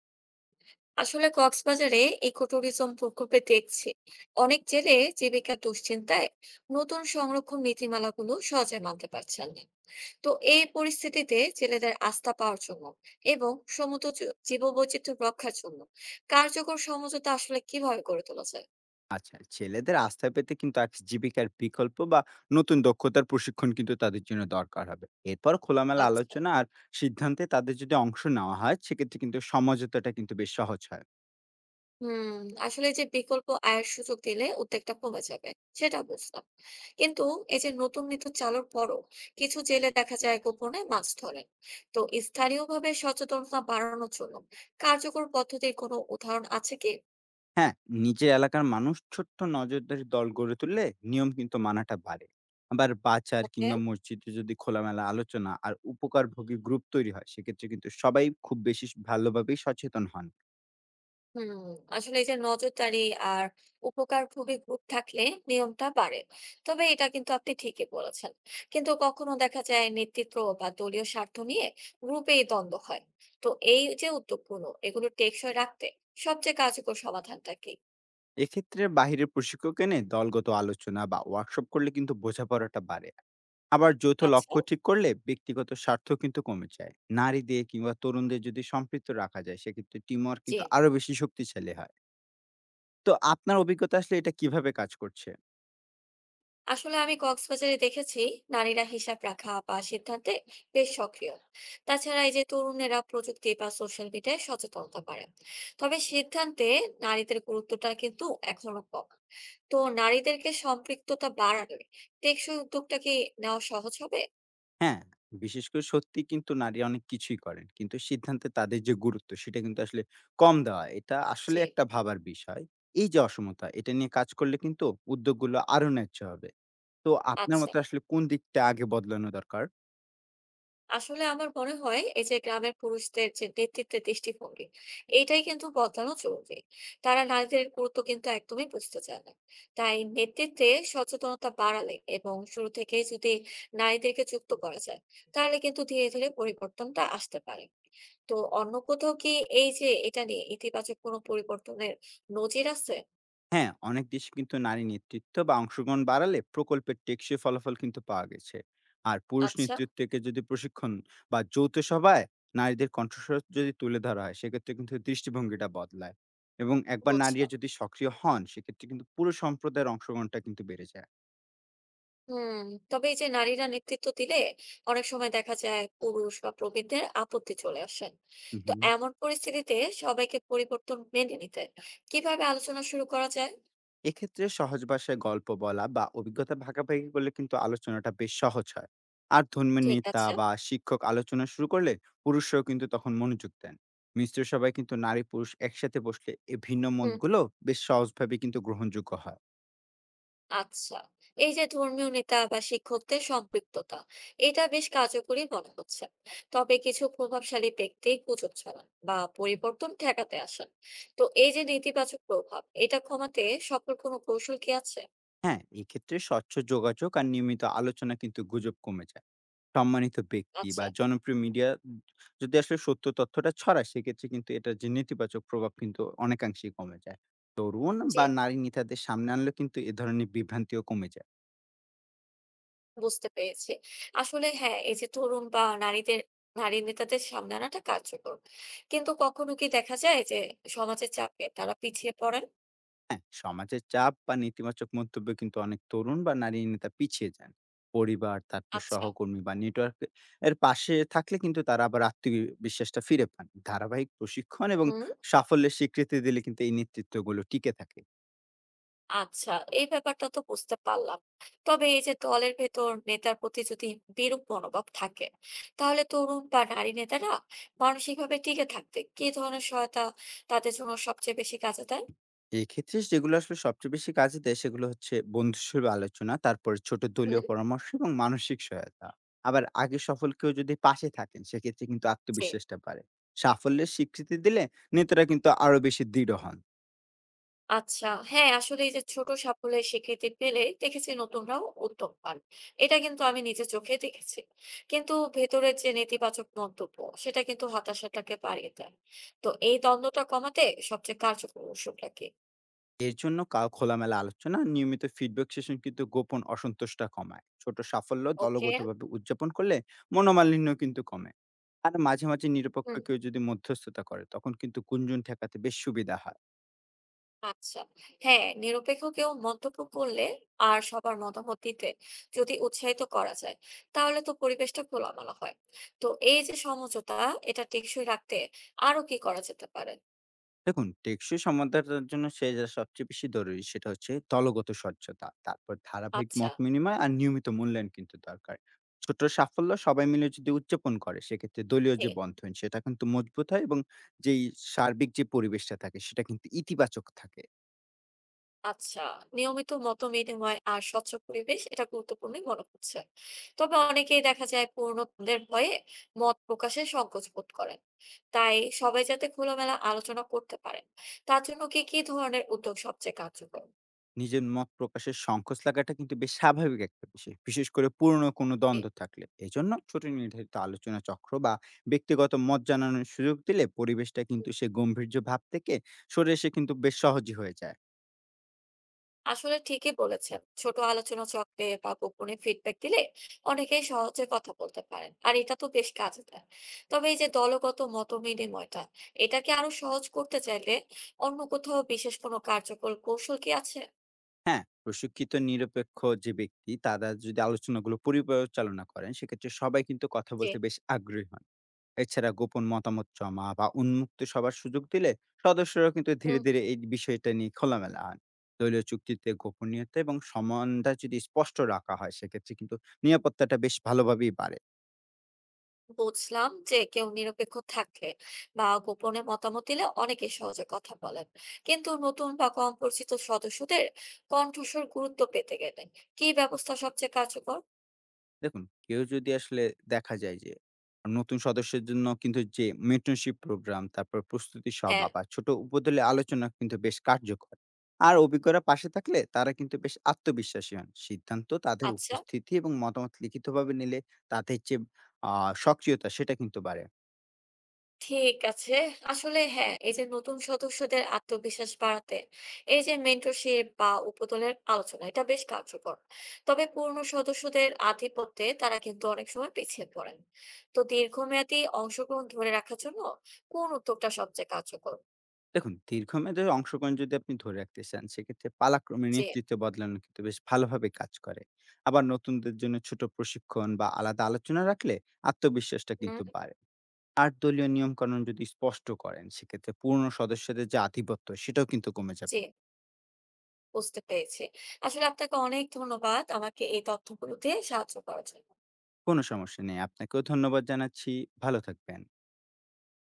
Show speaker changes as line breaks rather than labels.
আসলে কক্সবাজারে ইকোট্যুরিজম প্রকল্পে দেখছি অনেক জেলে জীবিকা দুশ্চিন্তায় নতুন সংরক্ষণ নীতিমালাগুলো সহজে মানতে পারছেন না। তো এই পরিস্থিতিতে জেলেদের আস্থা পাওয়ার জন্য এবং সমুদ্র জীববৈচিত্র্য রক্ষার জন্য কার্যকর সমঝোতা আসলে কিভাবে গড়ে তোলা যায়?
আচ্ছা, ছেলেদের আস্থা পেতে কিন্তু এক জীবিকার বিকল্প বা নতুন দক্ষতার প্রশিক্ষণ কিন্তু তাদের জন্য দরকার হবে। এরপর খোলামেলা
আচ্ছা।
আলোচনা আর সিদ্ধান্তে তাদের যদি অংশ নেওয়া হয়, সেক্ষেত্রে কিন্তু সমঝোতাটা কিন্তু বেশ সহজ হয়।
হুম, আসলে যে বিকল্প আয়ের সুযোগ দিলে উদ্বেগটা কমে যাবে সেটা বুঝলাম, কিন্তু এই যে নতুন নীতি চালুর পরও কিছু জেলে দেখা যায় গোপনে মাছ ধরেন। তো স্থানীয়ভাবে সচেতনতা বাড়ানোর জন্য কার্যকর পদ্ধতির কোনো উদাহরণ আছে কি?
হ্যাঁ, নিজের এলাকার মানুষ ছোট্ট নজরদারি দল গড়ে তুললে নিয়ম কিন্তু মানাটা বাড়ে। আবার বাজার
ওকে।
কিংবা মসজিদে যদি খোলামেলা আলোচনা আর উপকারভোগী গ্রুপ তৈরি হয়, সেক্ষেত্রে কিন্তু সবাই খুব বেশি ভালোভাবেই সচেতন হন।
হুম। আসলে এই যে নজরদারি আর উপকার খুবই গ্রুপ থাকলে নিয়মটা বাড়ে, তবে এটা কিন্তু আপনি ঠিকই বলেছেন। কিন্তু কখনো দেখা যায় নেতৃত্ব বা দলীয় স্বার্থ নিয়ে গ্রুপেই দ্বন্দ্ব হয়। তো এই যে উদ্যোগগুলো এগুলো টেকসই রাখতে সবচেয়ে কার্যকর সমাধানটা কি?
এক্ষেত্রে বাহিরের প্রশিক্ষক এনে দলগত আলোচনা বা ওয়ার্কশপ করলে কিন্তু বোঝাপড়াটা বাড়ে। আবার যৌথ
আচ্ছা।
লক্ষ্য ঠিক করলে ব্যক্তিগত স্বার্থ কিন্তু কমে যায়। নারীদের কিংবা তরুণদের যদি সম্পৃক্ত রাখা যায় সেক্ষেত্রে টিম ওয়ার্ক
জি।
কিন্তু আরো বেশি শক্তিশালী হয়। তো আপনার অভিজ্ঞতা আসলে এটা কিভাবে কাজ করছে?
আসলে আমি কক্সবাজারে দেখেছি নারীরা হিসাব রাখা বা সিদ্ধান্তে বেশ সক্রিয়। তাছাড়া এই যে তরুণেরা প্রযুক্তি বা সোশ্যাল মিডিয়ায় সচেতনতা পারে, তবে সিদ্ধান্তে নারীদের গুরুত্বটা কিন্তু এখনো কম। তো নারীদেরকে সম্পৃক্ততা বাড়ালে টেকসই উদ্যোগটা কি নেওয়া সহজ হবে?
হ্যাঁ, বিশেষ করে সত্যি কিন্তু নারী অনেক কিছুই করেন কিন্তু সিদ্ধান্তে তাদের যে গুরুত্ব সেটা কিন্তু আসলে কম দেওয়া এটা আসলে
যে
একটা ভাবার বিষয়। এই যে অসমতা এটা নিয়ে কাজ করলে কিন্তু উদ্যোগগুলো আরো ন্যায্য হবে। তো আপনার
আচ্ছা,
মতে আসলে কোন দিকটা আগে বদলানো দরকার?
আসলে আমার মনে হয় এই যে গ্রামের পুরুষদের যে নেতৃত্বের দৃষ্টিভঙ্গি এইটাই কিন্তু বদলানো জরুরি। তারা নারীদের গুরুত্ব কিন্তু একদমই বুঝতে চায় না। তাই নেতৃত্বে সচেতনতা বাড়ালে এবং শুরু থেকেই যদি নারীদেরকে যুক্ত করা যায়, তাহলে কিন্তু ধীরে ধীরে পরিবর্তনটা আসতে পারে। তো অন্য কোথাও কি এই যে এটা নিয়ে ইতিবাচক কোনো পরিবর্তনের নজির আছে?
হ্যাঁ, অনেক দেশে কিন্তু নারী নেতৃত্ব বা অংশগ্রহণ বাড়ালে প্রকল্পের টেকসই ফলাফল কিন্তু পাওয়া গেছে। আর পুরুষ
আচ্ছা।
নেতৃত্বকে যদি প্রশিক্ষণ বা যৌথ সভায় নারীদের কণ্ঠস্বর যদি তুলে ধরা হয়, সেক্ষেত্রে কিন্তু দৃষ্টিভঙ্গিটা বদলায়। এবং একবার নারীরা
বুঝলাম।
যদি সক্রিয় হন, সেক্ষেত্রে কিন্তু পুরো সম্প্রদায়ের অংশগ্রহণটা কিন্তু বেড়ে যায়।
হুম। তবে এই যে নারীরা নেতৃত্ব দিলে অনেক সময় দেখা যায় পুরুষ বা প্রবীণদের আপত্তি চলে আসেন।
হু,
তো
হু।
এমন পরিস্থিতিতে সবাইকে পরিবর্তন মেনে নিতে কিভাবে আলোচনা শুরু করা যায়?
এক্ষেত্রে সহজ ভাষায় গল্প বলা বা অভিজ্ঞতা ভাগাভাগি করলে কিন্তু আলোচনাটা বেশ সহজ হয়। আর ধর্মের
ঠিক
নেতা
আছে।
বা শিক্ষক আলোচনা শুরু করলে পুরুষরাও কিন্তু তখন মনোযোগ দেন। সবাই কিন্তু নারী পুরুষ একসাথে বসলে এই ভিন্ন
হুম।
মতগুলো বেশ সহজভাবে কিন্তু গ্রহণযোগ্য হয়।
আচ্ছা, এই যে ধর্মীয় নেতা বা শিক্ষকদের সম্পৃক্ততা এটা বেশ কার্যকরী মনে হচ্ছে। তবে কিছু প্রভাবশালী ব্যক্তি গুজব ছড়ান বা পরিবর্তন ঠেকাতে আসেন। তো এই যে নেতিবাচক প্রভাব এটা কমাতে সফল কোনো কৌশল কি আছে?
হ্যাঁ, এক্ষেত্রে স্বচ্ছ যোগাযোগ আর নিয়মিত আলোচনা কিন্তু গুজব কমে যায়। সম্মানিত ব্যক্তি
আচ্ছা।
বা জনপ্রিয় মিডিয়া যদি আসলে সত্য তথ্যটা ছড়ায় সেক্ষেত্রে কিন্তু এটার যে নেতিবাচক প্রভাব কিন্তু অনেকাংশেই কমে যায়। তরুণ
জি।
বা নারী নেতাদের সামনে আনলে কিন্তু এ ধরনের বিভ্রান্তিও কমে যায়।
বুঝতে পেরেছি। আসলে হ্যাঁ, এই যে তরুণ বা নারীদের নারী নেতাদের সামনে আনাটা কার্যকর। কিন্তু কখনো কি দেখা যায় যে সমাজের চাপে তারা পিছিয়ে পড়েন?
হ্যাঁ, সমাজের চাপ বা নেতিবাচক মন্তব্য কিন্তু অনেক তরুণ বা নারী নেতা পিছিয়ে যান। পরিবার, তারপর
আচ্ছা।
সহকর্মী বা নেটওয়ার্ক এর পাশে থাকলে কিন্তু তারা আবার আত্মবিশ্বাসটা ফিরে পান। ধারাবাহিক প্রশিক্ষণ এবং
হুম।
সাফল্যের স্বীকৃতি দিলে কিন্তু এই নেতৃত্বগুলো টিকে থাকে।
আচ্ছা। এই ব্যাপারটা তো বুঝতে পারলাম। তবে এই যে দলের ভেতর নেতার প্রতি যদি বিরূপ মনোভাব থাকে, তাহলে তরুণ বা নারী নেতারা মানসিকভাবে টিকে থাকতে কি ধরনের সহায়তা তাদের জন্য সবচেয়ে বেশি কাজে দেয়?
এক্ষেত্রে যেগুলো আসলে সবচেয়ে বেশি কাজে দেয় সেগুলো হচ্ছে বন্ধুসভা আলোচনা, তারপরে ছোট
হুম।
দলীয় পরামর্শ এবং মানসিক সহায়তা। আবার আগে সফল কেউ যদি পাশে থাকেন সেক্ষেত্রে কিন্তু
জি।
আত্মবিশ্বাসটা বাড়ে। সাফল্যের স্বীকৃতি দিলে নেতারা কিন্তু আরো বেশি দৃঢ় হন।
আচ্ছা। হ্যাঁ, আসলে এই যে ছোট সাফল্যের স্বীকৃতি পেলে দেখেছি নতুনরাও উদ্যোগ পান। এটা কিন্তু আমি নিজের চোখে দেখেছি। কিন্তু ভেতরের যে নেতিবাচক মন্তব্য সেটা কিন্তু হতাশাটাকে বাড়িয়ে দেয়। তো এই দ্বন্দ্বটা কমাতে সবচেয়ে কার্যকর ওষুধটা কি?
এর জন্য খোলামেলা আলোচনা, নিয়মিত ফিডব্যাক সেশন কিন্তু গোপন অসন্তোষটা কমায়। ছোট সাফল্য
ওকে।
দলগতভাবে উদযাপন করলে মনোমালিন্য কিন্তু কমে। আর মাঝে মাঝে নিরপেক্ষ
হুম।
কেউ যদি মধ্যস্থতা করে তখন কিন্তু গুঞ্জন ঠেকাতে বেশ সুবিধা হয়।
আচ্ছা। হ্যাঁ, নিরপেক্ষ কেউ মন্তব্য করলে আর সবার মতামত দিতে যদি উৎসাহিত করা যায় তাহলে তো পরিবেশটা খোলামেলা হয়। তো এই যে সমঝোতা এটা টেকসই রাখতে আরো কি করা যেতে পারে?
দেখুন, টেকসই সমাধানের জন্য সে যা সবচেয়ে বেশি জরুরি সেটা হচ্ছে দলগত স্বচ্ছতা, তারপর ধারাবাহিক
আচ্ছা।
মত বিনিময় আর নিয়মিত মূল্যায়ন কিন্তু দরকার। ছোট সাফল্য সবাই মিলে যদি উদযাপন করে সেক্ষেত্রে দলীয়
জি।
যে বন্ধন সেটা কিন্তু মজবুত হয় এবং যেই সার্বিক যে পরিবেশটা থাকে সেটা কিন্তু ইতিবাচক থাকে।
আচ্ছা, নিয়মিত মত বিনিময় আর স্বচ্ছ পরিবেশ এটা গুরুত্বপূর্ণই মনে হচ্ছে। তবে অনেকেই দেখা যায় পুরনো দ্বন্দ্বের ভয়ে মত প্রকাশে সংকোচ বোধ করেন। তাই সবাই যাতে খোলামেলা আলোচনা করতে পারেন, তার জন্য কি কি ধরনের উদ্যোগ সবচেয়ে কার্যকর?
নিজের মত প্রকাশের সংকোচ লাগাটা কিন্তু বেশ স্বাভাবিক একটা বিষয়, বিশেষ করে পুরনো কোনো
জি।
দ্বন্দ্ব থাকলে। এজন্য ছোট নির্ধারিত আলোচনা চক্র বা ব্যক্তিগত মত জানানোর সুযোগ দিলে পরিবেশটা কিন্তু সে গম্ভীর্য ভাব থেকে সরে এসে কিন্তু বেশ সহজই হয়ে যায়।
আসলে ঠিকই বলেছেন, ছোট আলোচনা চক্রে বা গোপনে ফিডব্যাক দিলে অনেকেই সহজে কথা বলতে পারেন, আর এটা তো বেশ কাজে দেয়। তবে এই যে দলগত মত বিনিময়টা এটাকে আরো সহজ করতে চাইলে অন্য কোথাও বিশেষ কোনো কার্যকর কৌশল কি আছে?
হ্যাঁ, প্রশিক্ষিত নিরপেক্ষ যে ব্যক্তি তারা যদি আলোচনাগুলো পরিচালনা করেন সেক্ষেত্রে সবাই কিন্তু কথা
যে
বলতে বেশ আগ্রহী হন। এছাড়া গোপন মতামত জমা বা উন্মুক্ত সভার সুযোগ দিলে সদস্যরা কিন্তু ধীরে
উম,
ধীরে এই বিষয়টা নিয়ে খোলামেলা হন। দলীয় চুক্তিতে গোপনীয়তা এবং সমানতা যদি স্পষ্ট রাখা হয় সেক্ষেত্রে কিন্তু নিরাপত্তাটা বেশ ভালোভাবেই বাড়ে।
বুঝলাম, যে কেউ নিরপেক্ষ থাকলে বা গোপনে মতামত দিলে অনেকে সহজে কথা বলেন, কিন্তু নতুন বা কম পরিচিত সদস্যদের কণ্ঠস্বর গুরুত্ব পেতে গেলে কি ব্যবস্থা সবচেয়ে কার্যকর?
দেখুন, কেউ যদি আসলে দেখা যায় যে নতুন সদস্যের জন্য কিন্তু যে মেন্টরশিপ প্রোগ্রাম, তারপর প্রস্তুতি
হ্যাঁ।
সভা বা ছোট উপদলে আলোচনা কিন্তু বেশ কার্যকর। আর অভিজ্ঞরা পাশে থাকলে তারা কিন্তু বেশ আত্মবিশ্বাসী হন। সিদ্ধান্ত তাদের
আচ্ছা।
উপস্থিতি এবং মতামত লিখিতভাবে নিলে তাদের যে আ সক্রিয়তা সেটা কিন্তু বাড়ে।
ঠিক আছে। আসলে হ্যাঁ, এই যে নতুন সদস্যদের আত্মবিশ্বাস বাড়াতে এই যে মেন্টরশিপ বা উপদলের আলোচনা এটা বেশ কার্যকর। তবে পুরনো সদস্যদের আধিপত্যে তারা কিন্তু অনেক সময় পিছিয়ে পড়েন। তো দীর্ঘমেয়াদী অংশগ্রহণ ধরে রাখার জন্য কোন উদ্যোগটা সবচেয়ে কার্যকর?
দেখুন, দীর্ঘমেয়াদে অংশগ্রহণ যদি আপনি ধরে রাখতে চান, সেক্ষেত্রে পালাক্রমে
জি।
নেতৃত্ব বদলানো কিন্তু বেশ ভালোভাবে কাজ করে। আবার নতুনদের জন্য ছোট প্রশিক্ষণ বা আলাদা আলোচনা রাখলে আত্মবিশ্বাসটা
হুম।
কিন্তু বাড়ে। আর দলীয় নিয়মকানুন যদি স্পষ্ট করেন সেক্ষেত্রে পুরনো সদস্যদের যে আধিপত্য সেটাও কিন্তু কমে
জি।
যাবে।
বুঝতে পেরেছি। আসলে আপনাকে অনেক ধন্যবাদ আমাকে এই তথ্যগুলো দিয়ে সাহায্য করার জন্য।
কোনো সমস্যা নেই। আপনাকেও ধন্যবাদ জানাচ্ছি। ভালো থাকবেন।